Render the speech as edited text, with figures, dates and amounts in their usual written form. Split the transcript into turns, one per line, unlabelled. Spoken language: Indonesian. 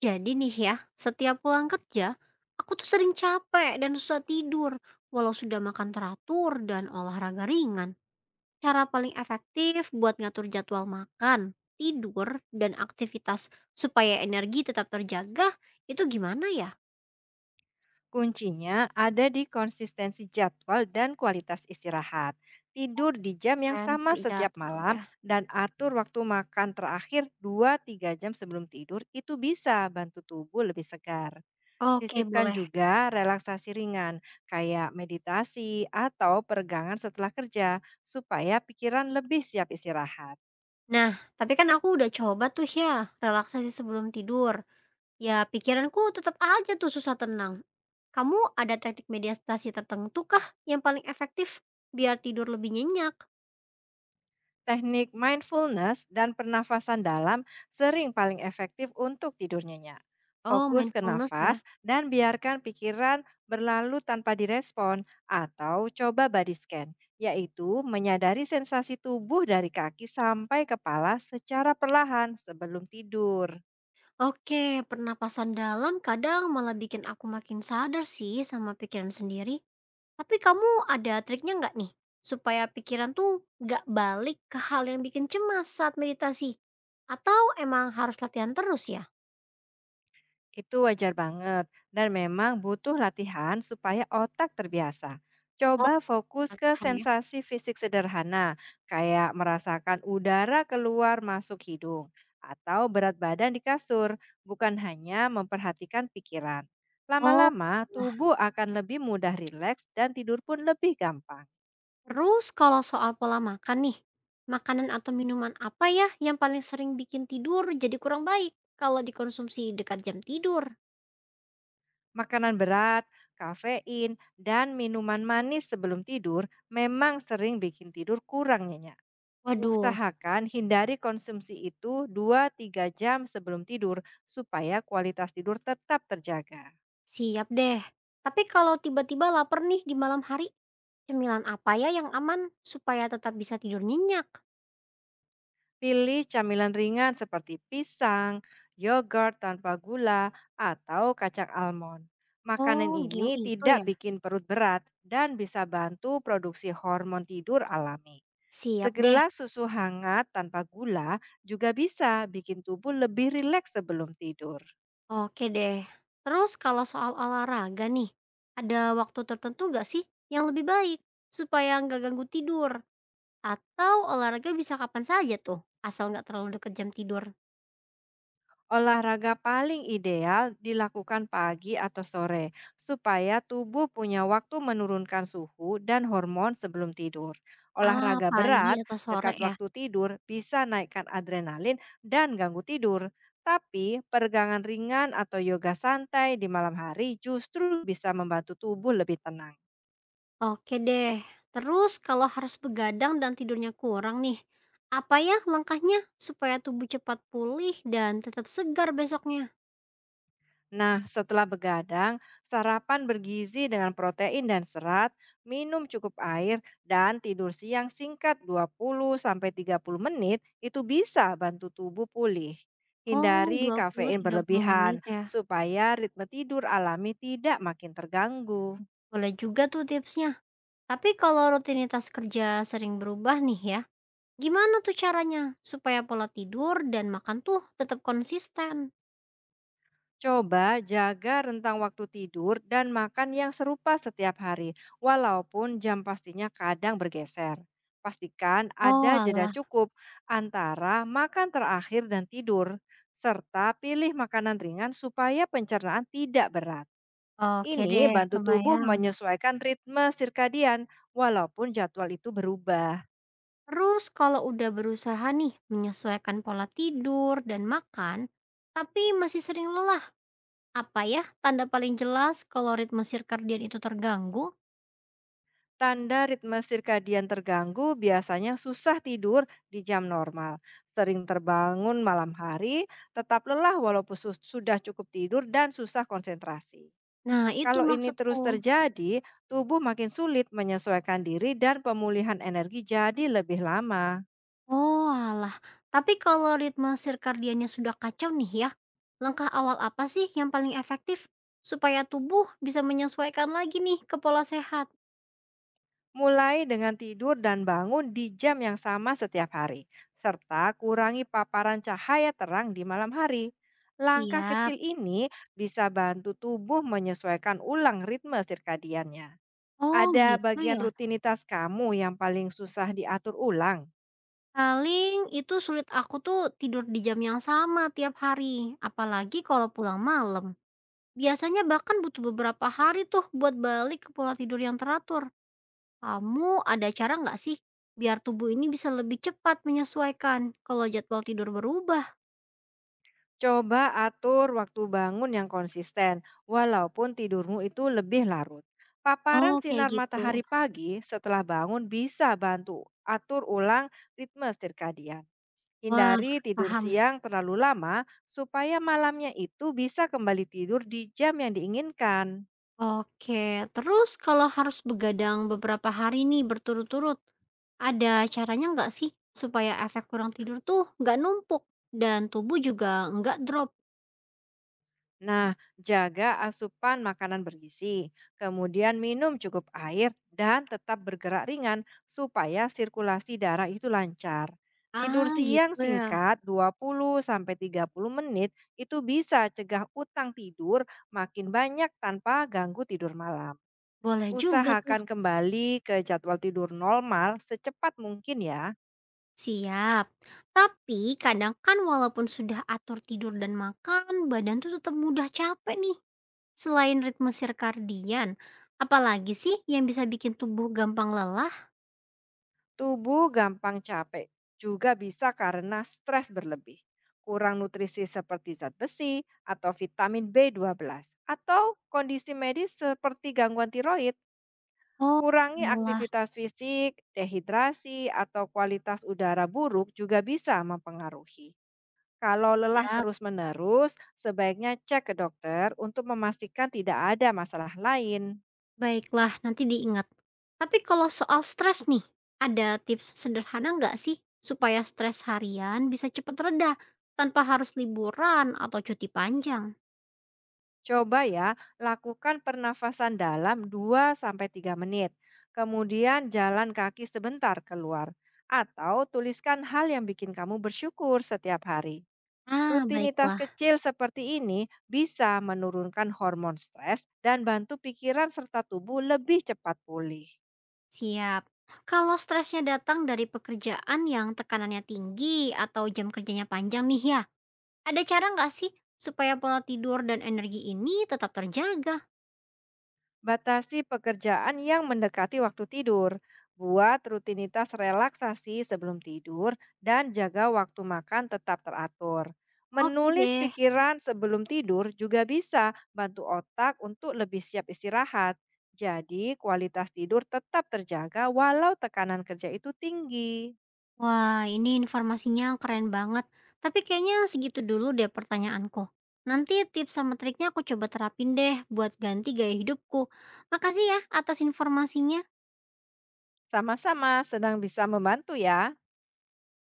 Jadi nih ya, setiap pulang kerja, aku tuh sering capek dan susah tidur, walau sudah makan teratur dan olahraga ringan. Cara paling efektif buat ngatur jadwal makan, tidur, dan aktivitas supaya energi tetap terjaga, itu gimana ya?
Kuncinya ada di konsistensi jadwal dan kualitas istirahat. Tidur di jam yang
Kan
sama
si
setiap
jadwal
malam
ya.
dan atur waktu makan terakhir dua tiga jam sebelum tidur itu bisa bantu tubuh lebih segar.
Oke,
Sisipkan
boleh.
juga relaksasi ringan kayak meditasi atau peregangan setelah kerja supaya pikiran lebih siap istirahat.
Nah, tapi kan aku udah coba tuh ya, relaksasi sebelum tidur. Ya pikiranku tetap aja tuh susah tenang. Kamu ada teknik meditasi tertentu kah yang paling efektif biar tidur lebih nyenyak?
Teknik mindfulness dan pernafasan dalam sering paling efektif untuk tidur nyenyak.
Oh
Fokus ke
mindfulness
nafas
ya.
dan biarkan pikiran berlalu tanpa direspon atau coba body scan, yaitu menyadari sensasi tubuh dari kaki sampai kepala secara perlahan sebelum tidur.
Oke, pernapasan dalam kadang malah bikin aku makin sadar sih sama pikiran sendiri. Tapi kamu ada triknya nggak nih? Supaya pikiran tuh nggak balik ke hal yang bikin cemas saat meditasi? Atau emang harus latihan terus ya?
Itu wajar banget, dan memang butuh latihan supaya otak terbiasa.
Oh,
Coba fokus ke
latihan ya.
sensasi fisik sederhana, kayak merasakan udara keluar masuk hidung atau berat badan di kasur, bukan hanya memperhatikan pikiran.
Oh,
Lama-lama, tubuh akan lebih mudah rileks dan tidur pun lebih gampang.
terus kalau soal pola makan nih, makanan atau minuman apa ya yang paling sering bikin tidur jadi kurang baik kalau dikonsumsi dekat jam tidur?
Makanan berat, kafein, dan minuman manis sebelum tidur memang sering bikin tidur kurang nyenyak.
Waduh,
Usahakan hindari konsumsi itu dua tiga jam sebelum tidur supaya kualitas tidur tetap terjaga.
siap deh. Tapi kalau tiba-tiba lapar nih di malam hari, cemilan apa ya yang aman supaya tetap bisa tidur nyenyak?
Pilih camilan ringan seperti pisang, yogurt tanpa gula, atau kacang almond. Makanan
Oh,
ini
game itu
tidak
ya.
bikin perut berat dan bisa bantu produksi hormon tidur alami.
Siap deh.
Segelas susu hangat tanpa gula juga bisa bikin tubuh lebih rileks sebelum tidur.
Oke deh. Terus kalau soal olahraga nih, ada waktu tertentu nggak sih yang lebih baik supaya nggak ganggu tidur? Atau olahraga bisa kapan saja tuh, asal nggak terlalu deket jam tidur?
Olahraga paling ideal dilakukan pagi atau sore, supaya tubuh punya waktu menurunkan suhu dan hormon sebelum tidur.
Ah,
Olahraga
pagi
berat
atau sore
dekat
ya?
waktu tidur bisa naikkan adrenalin dan ganggu tidur, tapi peregangan ringan atau yoga santai di malam hari justru bisa membantu tubuh lebih tenang.
Oke deh. Terus kalau harus begadang dan tidurnya kurang nih, apa ya langkahnya supaya tubuh cepat pulih dan tetap segar besoknya?
Nah, setelah begadang, sarapan bergizi dengan protein dan serat, minum cukup air, dan tidur siang singkat 20-30 menit itu bisa bantu tubuh pulih.
Oh,
Hindari
dua puluh
kafein
tiga puluh menit
berlebihan
ya.
supaya ritme tidur alami tidak makin terganggu.
Boleh juga tuh tipsnya. Tapi kalau rutinitas kerja sering berubah nih ya, gimana tuh caranya supaya pola tidur dan makan tuh tetap konsisten?
Coba jaga rentang waktu tidur dan makan yang serupa setiap hari, walaupun jam pastinya kadang bergeser. Pastikan
Oh,
ada jeda
alah.
cukup antara makan terakhir dan tidur, serta pilih makanan ringan supaya pencernaan tidak berat.
Oke
Ini
deh,
bantu tubuh
kebayang.
menyesuaikan ritme sirkadian, walaupun jadwal itu berubah.
Terus kalau udah berusaha nih menyesuaikan pola tidur dan makan, tapi masih sering lelah, apa ya tanda paling jelas kalau ritme sirkadian itu terganggu?
Tanda ritme sirkadian terganggu biasanya susah tidur di jam normal, sering terbangun malam hari, tetap lelah walaupun sudah cukup tidur dan susah konsentrasi.
Nah itu
Kalau ini
maksudku.
terus terjadi, tubuh makin sulit menyesuaikan diri dan pemulihan energi jadi lebih lama.
Oh alah, tapi kalau ritme sirkadiannya sudah kacau nih ya, langkah awal apa sih yang paling efektif supaya tubuh bisa menyesuaikan lagi nih ke pola sehat?
Mulai dengan tidur dan bangun di jam yang sama setiap hari, serta kurangi paparan cahaya terang di malam hari. Langkah
Siap.
kecil ini bisa bantu tubuh menyesuaikan ulang ritme sirkadiannya.
Oh
Ada
gitu
bagian
ya.
rutinitas kamu yang paling susah diatur ulang.
Paling itu sulit aku tuh tidur di jam yang sama tiap hari, apalagi kalau pulang malam. Biasanya bahkan butuh beberapa hari tuh buat balik ke pola tidur yang teratur. Kamu ada cara nggak sih biar tubuh ini bisa lebih cepat menyesuaikan kalau jadwal tidur berubah?
Coba atur waktu bangun yang konsisten, walaupun tidurmu itu lebih larut. Paparan
Oh, kayak
sinar
gitu.
matahari pagi setelah bangun bisa bantu atur ulang ritme sirkadian.
Wah,
Hindari tidur
paham.
siang terlalu lama supaya malamnya itu bisa kembali tidur di jam yang diinginkan.
Oke, terus kalau harus begadang beberapa hari nih berturut-turut, ada caranya nggak sih supaya efek kurang tidur tuh nggak numpuk dan tubuh juga nggak drop?
Nah, jaga asupan makanan bergizi, kemudian minum cukup air dan tetap bergerak ringan supaya sirkulasi darah itu lancar. Tidur
Ah,
siang
gitu ya.
singkat 20-30 menit itu bisa cegah utang tidur makin banyak tanpa ganggu tidur malam.
Boleh juga tuh.
Usahakan kembali ke jadwal tidur normal secepat mungkin ya.
Siap. Tapi kadang kan walaupun sudah atur tidur dan makan, badan tuh tetap mudah capek nih. Selain ritme sirkadian, apalagi sih yang bisa bikin tubuh gampang lelah?
Tubuh gampang capek juga bisa karena stres berlebih, kurang nutrisi seperti zat besi atau vitamin B12, atau kondisi medis seperti gangguan tiroid.
Oh,
Kurangi
lah.
aktivitas fisik, dehidrasi, atau kualitas udara buruk juga bisa mempengaruhi. Kalau lelah
Ya,
terus-menerus, sebaiknya cek ke dokter untuk memastikan tidak ada masalah lain.
baiklah, nanti diingat. Tapi kalau soal stres nih, ada tips sederhana nggak sih supaya stres harian bisa cepat reda tanpa harus liburan atau cuti panjang?
Coba ya, lakukan pernafasan dalam dua sampai tiga menit. Kemudian jalan kaki sebentar keluar. Atau tuliskan hal yang bikin kamu bersyukur setiap hari.
Ah,
Rutinitas
baiklah.
kecil seperti ini bisa menurunkan hormon stres dan bantu pikiran serta tubuh lebih cepat pulih.
Siap. Kalau stresnya datang dari pekerjaan yang tekanannya tinggi atau jam kerjanya panjang nih ya, ada cara nggak sih supaya pola tidur dan energi ini tetap terjaga?
Batasi pekerjaan yang mendekati waktu tidur. Buat rutinitas relaksasi sebelum tidur dan jaga waktu makan tetap teratur.
Oke
Menulis
deh.
pikiran sebelum tidur juga bisa bantu otak untuk lebih siap istirahat. Jadi, kualitas tidur tetap terjaga walau tekanan kerja itu tinggi.
Wah, ini informasinya keren banget. Tapi kayaknya segitu dulu deh pertanyaanku. Nanti tips sama triknya aku coba terapin deh buat ganti gaya hidupku. Makasih ya atas informasinya.
Sama-sama sedang bisa membantu ya.